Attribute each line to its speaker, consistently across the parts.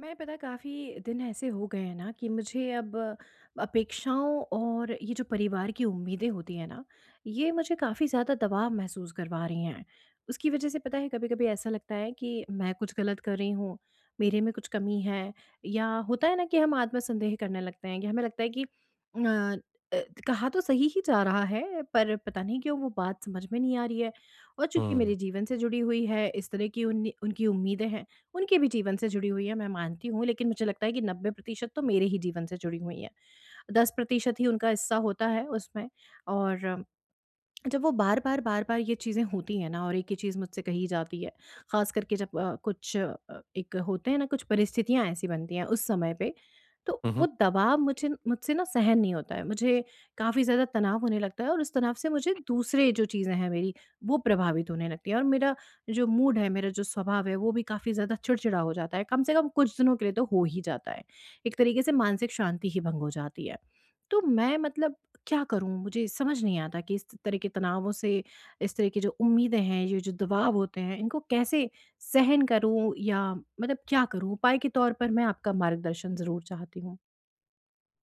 Speaker 1: मैं पता काफ़ी दिन ऐसे हो गए हैं ना कि मुझे अब अपेक्षाओं और ये जो परिवार की उम्मीदें होती हैं ना, ये मुझे काफ़ी ज़्यादा दबाव महसूस करवा रही हैं। उसकी वजह से पता है कभी कभी ऐसा लगता है कि मैं कुछ गलत कर रही हूँ, मेरे में कुछ कमी है। या होता है ना कि हम आत्मसंदेह करने लगते हैं कि हमें लगता है कि कहा तो सही ही जा रहा है पर पता नहीं क्यों वो बात समझ में नहीं आ रही है। और चूंकि
Speaker 2: हुँ।
Speaker 1: मेरे जीवन से जुड़ी हुई है इस तरह की उनकी उम्मीदें हैं, उनके भी जीवन से जुड़ी हुई है, मैं मानती हूँ, लेकिन मुझे लगता है कि 90% तो मेरे ही जीवन से जुड़ी हुई हैं। 10% ही उनका हिस्सा होता है उसमें। और जब वो बार बार बार बार ये चीज़ें होती हैं ना और एक ही चीज़ मुझसे कही जाती है, खास करके जब कुछ एक होते हैं ना, कुछ परिस्थितियां ऐसी बनती हैं उस समय पे, तो
Speaker 2: हुँ,
Speaker 1: वो दबाव मुझे मुझसे ना सहन नहीं होता है मुझे। काफ़ी ज़्यादा तनाव होने लगता है और उस तनाव से मुझे दूसरे जो चीज़ें हैं मेरी, वो प्रभावित होने लगती है और मेरा जो मूड है, मेरा जो स्वभाव है, वो भी काफ़ी ज़्यादा चिड़चिड़ा हो जाता है, कम से कम कुछ दिनों के लिए तो हो ही जाता है। एक तरीके से मानसिक शांति ही भंग हो जाती है। तो मैं, मतलब, क्या करूँ? मुझे समझ नहीं आता कि इस तरह के तनावों से, इस तरह की जो उम्मीदें हैं, ये जो दबाव होते हैं, इनको कैसे सहन करूँ, या मतलब क्या करूँ? उपाय के तौर पर मैं आपका मार्गदर्शन ज़रूर चाहती हूँ।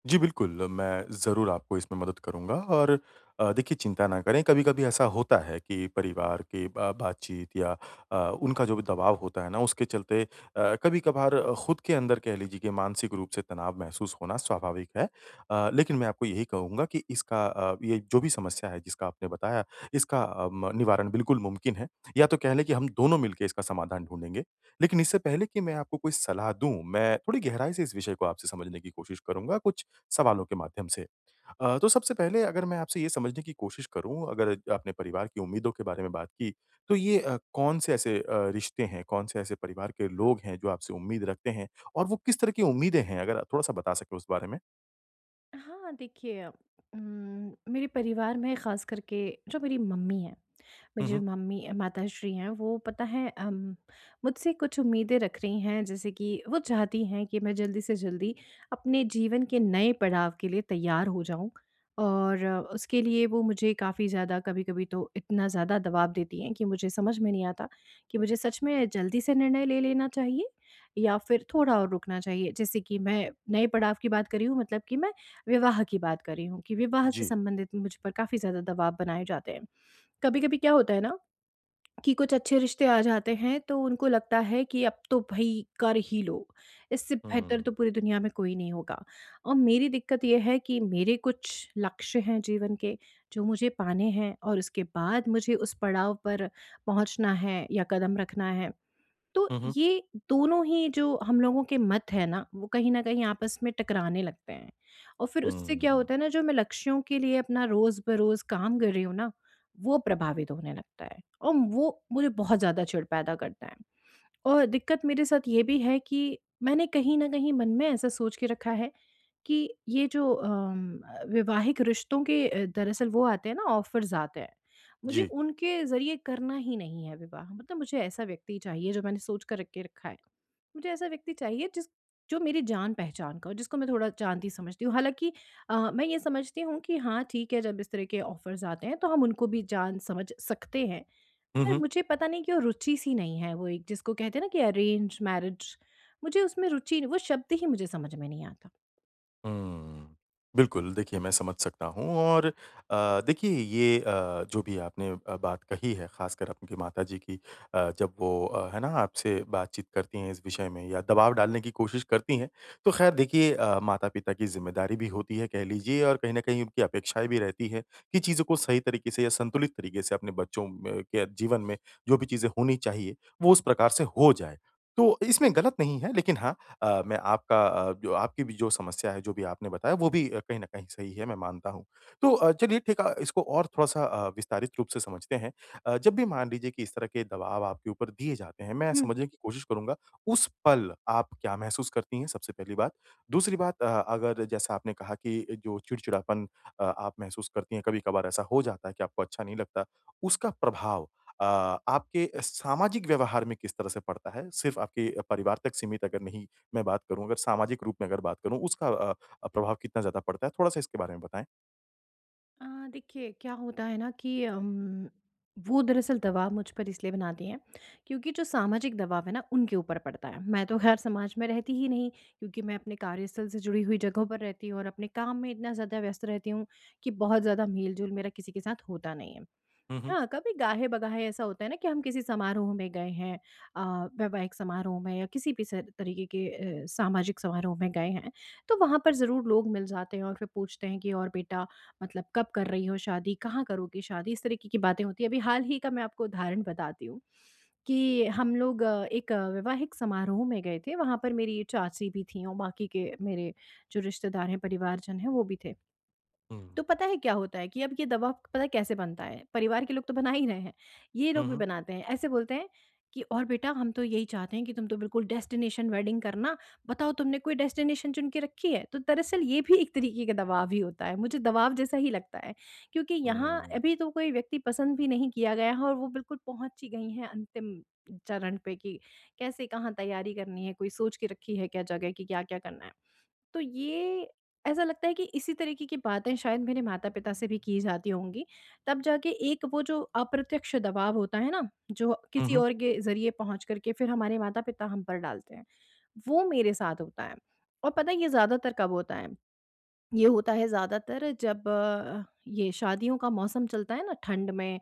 Speaker 2: जी, बिल्कुल, मैं ज़रूर आपको इसमें मदद करूँगा और देखिए चिंता ना करें, कभी-कभी ऐसा होता है कि परिवार की बा बातचीत या अ, उनका जो भी दबाव होता है ना, उसके चलते कभी-कभार खुद के अंदर कह लीजिए कि मानसिक रूप से तनाव महसूस होना स्वाभाविक है। लेकिन मैं आपको यही कहूँगा कि इसका ये जो भी समस्या है जिसका आपने बताया, इसका निवारण बिल्कुल मुमकिन है, या तो कह लें कि हम दोनों मिलके इसका समाधान ढूँढेंगे। लेकिन इससे पहले कि मैं आपको कोई सलाह दूँ, मैं थोड़ी गहराई से इस विषय को आपसे समझने की कोशिश करूँगा, कुछ सवालों के माध्यम से। तो सबसे पहले अगर मैं आपसे ये समझने की कोशिश करूँ, अगर आपने परिवार की उम्मीदों के बारे में बात की, तो ये कौन से ऐसे रिश्ते हैं, कौन से ऐसे परिवार के लोग हैं जो आपसे उम्मीद रखते हैं और वो किस तरह की उम्मीदें हैं? अगर थोड़ा-सा बता सकें उस बारे में?
Speaker 1: हाँ, देखिए, उम, मेरे परिवार में ख़ास करके जो मेरी मम्मी हैं,
Speaker 2: हुँ,
Speaker 1: मेरी जो
Speaker 2: हुँ।
Speaker 1: मम्मी माताश्री हैं, वो पता है, मुझसे कुछ उम्मीदें रख रही हैं, जैसे कि वो चाहती हैं कि मैं जल्दी से जल्दी अपने जीवन के नए पड़ाव के लिए तैयार हो जाऊँ। और उसके लिए वो मुझे काफ़ी ज़्यादा, कभी-कभी तो इतना ज़्यादा दबाव देती हैं कि मुझे समझ में नहीं आता कि मुझे सच में जल्दी से निर्णय ले लेना चाहिए या फिर थोड़ा और रुकना चाहिए। जैसे कि मैं नए पड़ाव की बात कर रही हूँ, मतलब कि मैं विवाह की बात कर रही हूँ, कि विवाह से
Speaker 2: जी।
Speaker 1: संबंधित मुझ पर काफ़ी ज़्यादा दबाव बनाए जाते हैं। कभी-कभी क्या होता है ना, कि कुछ अच्छे रिश्ते आ जाते हैं तो उनको लगता है कि अब तो भई कर ही लो, इससे बेहतर
Speaker 2: हुँ।
Speaker 1: तो पूरी दुनिया में कोई नहीं होगा। और मेरी दिक्कत ये है कि मेरे कुछ लक्ष्य हैं जीवन के, जो मुझे पाने हैं, और उसके बाद मुझे उस पड़ाव पर पहुँचना है या कदम रखना है। तो
Speaker 2: हुँ, हुँ।
Speaker 1: ये दोनों ही जो हम लोगों के मत हैं ना, वो कहीं न कहीं आपस में टकराने लगते हैं। और फिर उससे क्या
Speaker 2: हुँ।
Speaker 1: होता है ना, जो मैं लक्ष्यों के लिए अपना रोज़-बरोज़ काम कर रही हूँ ना, वो प्रभावित होने लगता है और वो मुझे बहुत ज़्यादा चिढ़ पैदा करता है। और दिक्कत मेरे साथ ये भी है कि मैंने कहीं न कहीं मन में ऐसा सोच के रखा है कि ये जो वैवाहिक रिश्तों के दरअसल वो आते हैं ना, ऑफ़र्स आते हैं। मुझे
Speaker 2: जी।
Speaker 1: उनके ज़रिए करना ही नहीं है विवाह, मतलब मुझे ऐसा व्यक्ति चाहिए जो मैंने सोच कर रख के रखा है। मुझे ऐसा व्यक्ति चाहिए जिस जो मेरी जान-पहचान का हो, जिसको मैं थोड़ा जानती समझती हूँ। हालाँकि, मैं ये समझती हूँ कि हाँ, ठीक है, जब इस तरह के ऑफ़र्स आते हैं तो हम उनको भी जान समझ सकते हैं।
Speaker 2: हुँ,
Speaker 1: पर
Speaker 2: हुँ।
Speaker 1: मुझे पता नहीं क्यों रुचि सी नहीं है, वो एक जिसको कहते हैं ना कि अरेंज मैरिज, मुझे उसमें रुचि वो शब्द ही मुझे समझ में नहीं आता।
Speaker 2: हुँ। बिल्कुल, देखिए मैं समझ सकता हूँ और देखिए ये जो भी आपने बात कही है ख़ासकर आपकी माताजी की जब वो है ना आपसे बातचीत करती हैं इस विषय में या दबाव डालने की कोशिश करती हैं, तो ख़ैर देखिए माता-पिता की ज़िम्मेदारी भी होती है कह लीजिए और कहीं न कहीं उनकी अपेक्षाएँ भी रहती हैं कि चीज़ों को सही तरीके से या संतुलित तरीके से अपने बच्चों में के जीवन में जो भी चीज़ें होनी चाहिए, वो उस प्रकार से हो जाए। तो इसमें गलत नहीं है लेकिन हाँ मैं आपका जो आपकी भी जो समस्या है, जो भी आपने बताया वो भी कहीं न कहीं सही है, मैं मानता हूँ। तो चलिए ठीक इसको और थोड़ा-सा विस्तारित रूप से समझते हैं। जब भी मान लीजिए कि इस तरह के दबाव आपके ऊपर दिए जाते हैं, मैं
Speaker 1: हुँ।
Speaker 2: समझने की कोशिश करूँगा, उस पल आप क्या महसूस करती हैं? सबसे पहली बात। दूसरी बात अगर जैसा आपने कहा कि जो चिड़चिड़ापन आप महसूस करती हैं, कभी-कभार ऐसा हो जाता है कि आपको अच्छा नहीं लगता, उसका प्रभाव अ, आपके सामाजिक व्यवहार में किस तरह से पड़ता है? सिर्फ़ आपके परिवार तक सीमित अगर नहीं मैं बात करूँ, अगर सामाजिक रूप में अगर बात करूँ, उसका प्रभाव कितना ज़्यादा पड़ता है? थोड़ा-सा इसके बारे में बताएँ?
Speaker 1: अ, देखिए क्या होता है ना कि वो दरअसल दबाव मुझ पर इसलिए बनाती हैं क्योंकि जो सामाजिक दबाव है ना उनके ऊपर पड़ता है। मैं तो खैर समाज में रहती ही नहीं, क्योंकि मैं अपने कार्यस्थल से जुड़ी हुई जगहों पर रहती हूँ और अपने काम में इतना ज़्यादा व्यस्त रहती हूँ कि बहुत ज़्यादा मेल जोल मेरा किसी के साथ होता नहीं है।
Speaker 2: हुँ, हुँ।
Speaker 1: हाँ, कभी गाहे-बगाहे ऐसा होता है ना कि हम किसी समारोह में गए हैं, अ, वैवाहिक समारोह में या किसी भी स तरीके के सामाजिक समारोह में गए हैं, तो वहाँ पर ज़रूर लोग मिल जाते हैं और फिर पूछते हैं कि और बेटा, मतलब कब कर रही हो शादी? कहाँ करोगी शादी? इस तरीके की बातें होती हैं। अभी हाल ही का मैं आपको उदाहरण बताती हूँ कि
Speaker 2: हुँ,
Speaker 1: हम लोग एक वैवाहिक समारोह में गए थे, वहाँ पर मेरी चाची भी थीं और बाकी के मेरे जो रिश्तेदार हैं, परिवारजन हैं, वो भी थे।
Speaker 2: हुँ।
Speaker 1: तो पता है क्या होता है कि अब ये दबाव पता है कैसे बनता है? परिवार के लोग तो बना ही रहे हैं, ये
Speaker 2: हुँ,
Speaker 1: लोग भी
Speaker 2: हुँ।
Speaker 1: बनाते हैं। ऐसे बोलते हैं कि और बेटा, हम तो यही चाहते हैं कि तुम तो बिल्कुल डेस्टिनेशन वेडिंग करना, बताओ तुमने कोई डेस्टिनेशन चुन के रखी है? तो दरअसल ये भी एक तरीके का दबाव ही होता है, मुझे दबाव जैसा ही लगता है। क्योंकि यहाँ
Speaker 2: हुँ।
Speaker 1: अभी तो कोई व्यक्ति पसंद भी नहीं किया गया है और वो बिल्कुल पहुँच ही गई हैं अंतिम चरण पे, कि कैसे कहाँ तैयारी करनी है, कोई सोच के रखी है क्या जगह, कि क्या-क्या करना है। तो ये, ऐसा लगता है कि इसी तरीके की बातें शायद मेरे माता-पिता से भी की जाती होंगी। तब जाके एक वो जो अप्रत्यक्ष दबाव होता है ना, जो
Speaker 2: हुँ,
Speaker 1: किसी
Speaker 2: हुँ।
Speaker 1: और के ज़रिए पहुँच कर के फिर हमारे माता-पिता हम पर डालते हैं, वो मेरे साथ होता है। और पता है ये ज़्यादातर कब होता है? ये होता है ज़्यादातर जब ये शादियों का मौसम चलता है ना ठंड में,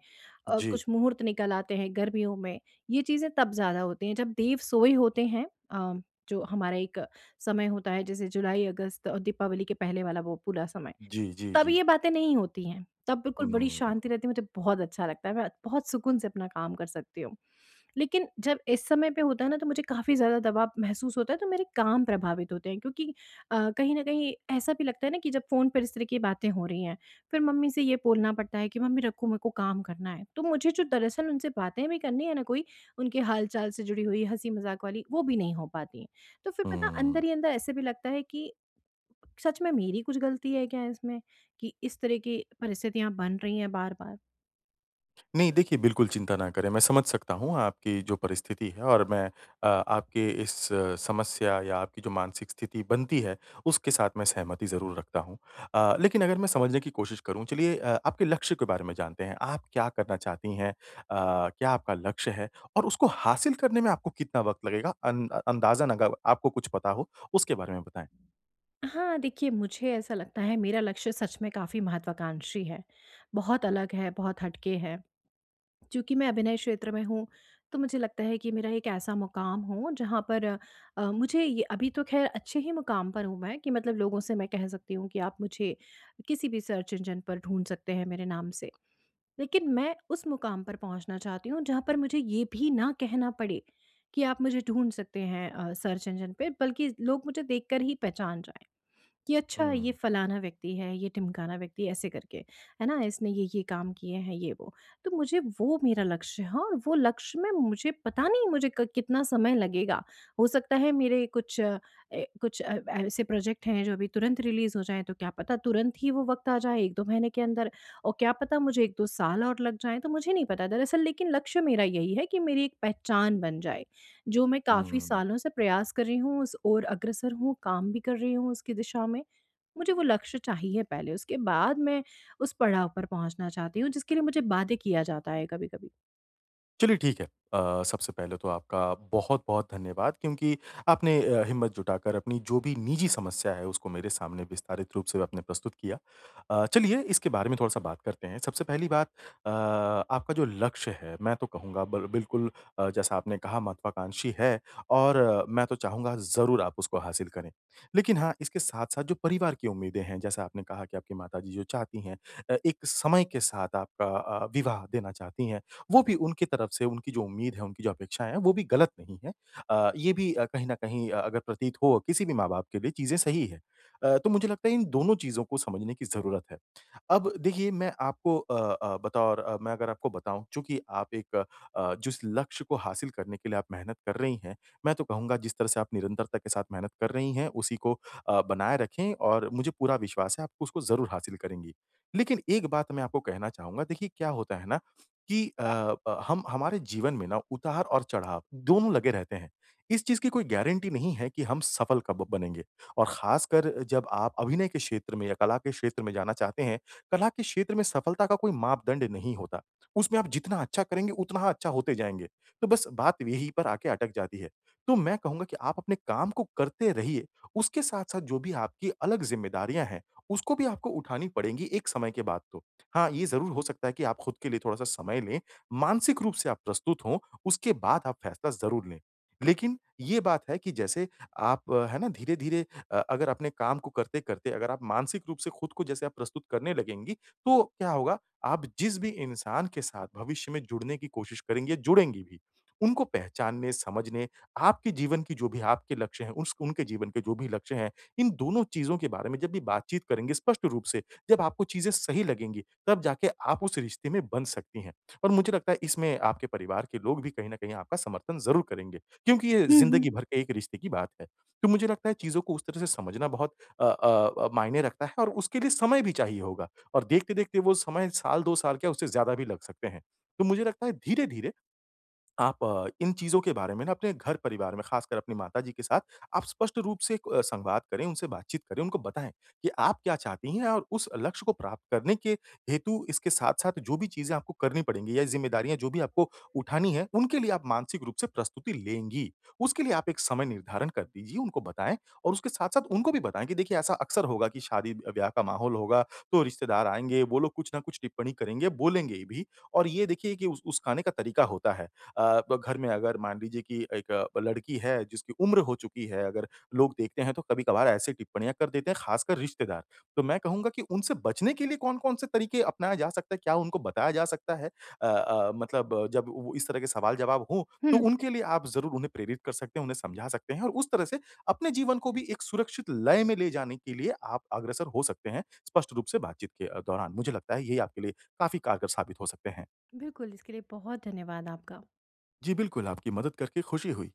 Speaker 1: और
Speaker 2: जी।
Speaker 1: कुछ मुहूर्त निकल आते हैं गर्मियों में। ये चीज़ें तब ज़्यादा होती हैं जब देव सोए होते हैं, जो हमारा एक समय होता है, जैसे जुलाई, अगस्त और दीपावली के पहले वाला वो पूरा समय।
Speaker 2: जी, जी,
Speaker 1: तब
Speaker 2: जी।
Speaker 1: ये बातें नहीं होती हैं। तब बिल्कुल बड़ी
Speaker 2: हुँ,
Speaker 1: शांति रहती है, मुझे बहुत अच्छा लगता है, मैं बहुत सुकून से अपना काम कर सकती हूँ। लेकिन जब इस समय पे होता है ना, तो मुझे काफ़ी ज़्यादा दबाव महसूस होता है, तो मेरे काम प्रभावित होते हैं, क्योंकि कहीं न कहीं ऐसा भी लगता है ना कि जब फ़ोन पर इस तरह की बातें हो रही हैं, फिर मम्मी से ये बोलना पड़ता है कि, "मम्मी रखो, मेरे को काम करना है।" तो मुझे जो दरअसल उनसे बातें भी करनी है ना कोई, उनके हाल-चाल से जुड़ी हुई, हँसी-मज़ाक वाली, वो भी नहीं हो पाती हैं। तो फिर पता
Speaker 2: हुँ।
Speaker 1: अंदर ही अंदर ऐसे भी लगता है कि सच में मेरी कुछ गलती है क्या इसमें, कि इस तरह की परिस्थितियाँ बन रही हैं बार-बार?
Speaker 2: नहीं, देखिए बिल्कुल चिंता ना करें, मैं समझ सकता हूँ आपकी जो परिस्थिति है और मैं आपके इस समस्या या आपकी जो मानसिक स्थिति बनती है, उसके साथ मैं सहमति ज़रूर रखता हूँ। लेकिन अगर मैं समझने की कोशिश करूँ, चलिए आपके लक्ष्य के बारे में जानते हैं। आप क्या करना चाहती हैं? क्या आपका लक्ष्य है? और उसको हासिल करने में आपको कितना वक़्त लगेगा? अन अंदाज़न अगर आपको कुछ पता हो, उसके बारे में बताएँ।
Speaker 1: हाँ, देखिए मुझे ऐसा लगता है मेरा लक्ष्य सच में काफ़ी महत्वाकांक्षी है। बहुत अलग है, बहुत हटके है। चूँकि मैं अभिनय क्षेत्र में हूँ, तो मुझे लगता है कि मेरा एक ऐसा मुकाम हो जहाँ पर मुझे ये, अभी तो ख़ैर अच्छे ही मुकाम पर हूँ मैं, कि मतलब लोगों से मैं कह सकती हूँ कि आप मुझे किसी भी सर्च इंजन पर ढूँढ सकते हैं मेरे नाम से। लेकिन मैं उस मुकाम पर पहुंचना चाहती हूँ जहाँ पर मुझे ये भी ना कहना पड़े कि आप मुझे ढूंढ सकते हैं सर्च इंजन पे, बल्कि लोग मुझे देखकर ही पहचान जाएं कि अच्छा ये
Speaker 2: हुँ,
Speaker 1: फलाना व्यक्ति है, ये ढिमकाना व्यक्ति, ऐसे करके, है ना? इसने ये-ये काम किए हैं, ये वो। तो मुझे वो, मेरा लक्ष्य है, और वो लक्ष्य में मुझे पता नहीं मुझे क कितना समय लगेगा। हो सकता है मेरे कुछ ऐसे प्रोजेक्ट हैं जो अभी तुरंत रिलीज़ हो जाएँ, तो क्या पता तुरंत ही वो वक़्त आ जाए 1-2 महीने के अंदर, और क्या पता मुझे 1-2 साल और लग जाएँ, तो मुझे नहीं पता दरअसल, लेकिन लक्ष्य मेरा यही है कि मेरी एक पहचान बन जाए, जो मैं काफ़ी
Speaker 2: हुँ।
Speaker 1: सालों से प्रयास कर रही हूँ, उस ओर अग्रसर हूँ, काम भी कर रही हूँ उसकी दिशा में। मुझे वो लक्ष्य चाहिए पहले, उसके बाद मैं उस पड़ाव पर पहुँचना चाहती हूँ, जिसके लिए मुझे बाध्य किया जाता है कभी-कभी।
Speaker 2: चलिए ठीक है। अ, सबसे पहले तो आपका बहुत-बहुत धन्यवाद क्योंकि आपने हिम्मत जुटाकर अपनी जो भी निजी समस्या है उसको मेरे सामने विस्तारित रूप से आपने प्रस्तुत किया। चलिए इसके बारे में थोड़ा-सा बात करते हैं। सबसे पहली बात आपका जो लक्ष्य है मैं तो कहूँगा बल बिल्कुल जैसा आपने कहा महत्वाकांक्षी है और मैं तो चाहूँगा ज़रूर आप उसको हासिल करें। लेकिन हाँ, इसके साथ-साथ जो परिवार की उम्मीदें हैं जैसा आपने कहा कि आपकी माताजी जो चाहती हैं एक समय के साथ आपका विवाह देना चाहती हैं वो भी उनकी तरफ से उनकी जो उम्मीद है, उनकी जो अपेक्षाएँ हैं, वो भी गलत नहीं है। ये भी कहीं न कहीं अगर प्रतीत हो किसी भी माँ-बाप के लिए चीज़ें सही है। तो मुझे लगता है इन दोनों चीज़ों को समझने की ज़रूरत है। अब देखिए मैं आपको बतौर मैं अगर आपको बताऊँ चूँकि आप एक जिस लक्ष्य को हासिल करने के लिए आप मेहनत कर रही हैं, मैं तो कहूँगा जिस तरह से आप निरंतरता के साथ मेहनत कर रही हैं, उसी को बनाए रखें और मुझे पूरा विश्वास है आप उसको ज़रूर हासिल करेंगी। लेकिन एक बात मैं आपको कहना चाहूँगा देखिए क्या होता है ना कि हम हमारे जीवन में ना उतार और चढ़ाव दोनों लगे रहते हैं। इस चीज़ की कोई गारंटी नहीं है कि हम सफल कब बनेंगे और ख़ासकर जब आप अभिनय के क्षेत्र में या कला के क्षेत्र में जाना चाहते हैं, कला के क्षेत्र में सफलता का कोई मापदंड नहीं होता। उसमें आप जितना अच्छा करेंगे, उतना अच्छा होते जाएँगे। तो बस बात यहीं पर आके अटक जाती है। तो मैं कहूँगा कि आप अपने काम को करते रहिए, उसके साथ-साथ जो भी आपकी अलग ज़िम्मेदारियाँ हैं, उसको भी आपको उठानी पड़ेंगी एक समय के बाद तो। हाँ, ये ज़रूर हो सकता है कि आप खुद के लिए थोड़ा-सा समय लें, मानसिक रूप से आप प्रस्तुत हों, उसके बाद आप फैसला ज़रूर लें। लेकिन ये बात है कि जैसे आप है ना धीरे-धीरे अगर अपने काम को करते-करते अगर आप मानसिक रूप से खुद को जैसे आप प्रस्तुत करने लगेंगी, तो क्या होगा आप जिस भी इंसान के साथ भविष्य में जुड़ने की कोशिश करेंगी या जुड़ेंगी भी, उनको पहचानने, समझने, आपके जीवन की जो भी आपके लक्ष्य हैं, उस उनके जीवन के जो भी लक्ष्य हैं, इन दोनों चीज़ों के बारे में जब भी बातचीत करेंगे स्पष्ट रूप से, जब आपको चीज़ें सही लगेंगी, तब जाके आप उस रिश्ते में बन सकती हैं। और मुझे लगता है इसमें आपके परिवार के लोग भी कहीं न कहीं आपका समर्थन ज़रूर करेंगे, क्योंकि ये
Speaker 1: हुँ, हुँ।
Speaker 2: ज़िंदगी भर के एक रिश्ते की बात है। तो मुझे लगता है चीज़ों को उस तरह से समझना बहुत मायने रखता है और उसके लिए समय भी चाहिए होगा और देखते-देखते वो समय साल 2 साल क्या उससे ज़्यादा भी लग सकते हैं। तो मुझे लगता है धीरे-धीरे आप इन चीज़ों के बारे में ना अपने घर परिवार में ख़ासकर अपनी माताजी के साथ आप स्पष्ट रूप से एक संवाद करें, उनसे बातचीत करें, उनको बताएँ कि आप क्या चाहती हैं और उस लक्ष्य को प्राप्त करने के हेतु इसके साथ-साथ जो भी चीज़ें आपको करनी पड़ेंगी या ज़िम्मेदारियाँ जो भी आपको उठानी है, उनके लिए आप मानसिक रूप से प्रस्तुति लेंगी। उसके लिए आप एक समय निर्धारण कर दीजिए, उनको बताएँ और उसके साथ-साथ उनको भी बताएँ कि देखिए ऐसा अक्सर होगा कि शादी ब्याह का माहौल होगा, तो रिश्तेदार आएँगे, वो लोग कुछ ना कुछ टिप्पणी करेंगे, बोलेंगे भी और ये देखिए कि उस खाने का तरीका होता है। अ, ब घर में अगर मान लीजिए कि एक लड़की है जिसकी उम्र हो चुकी है, अगर लोग देखते हैं तो कभी-कभार ऐसी टिप्पणियाँ कर देते हैं, ख़ासकर रिश्तेदार। तो मैं कहूँगा कि उनसे बचने के लिए कौन-कौन से तरीके अपनाया जा सकता है? क्या उनको बताया जा सकता है? मतलब जब वो इस तरह के सवाल-जवाब हों, तो
Speaker 1: हुँ।
Speaker 2: उनके लिए आप ज़रूर उन्हें प्रेरित कर सकते हैं, उन्हें समझा सकते हैं और उस तरह से अपने जीवन को भी एक सुरक्षित लय में ले जाने के लिए आप अग्रसर हो सकते हैं, स्पष्ट रूप से बातचीत के दौरान। मुझे लगता है, ये आपके लिए काफ़ी कारगर साबित हो सकते हैं।
Speaker 1: बिल्कुल, इसके लिए बहुत धन्यवाद आपका।
Speaker 2: जी, बिल्कुल, आपकी मदद करके खुशी हुई।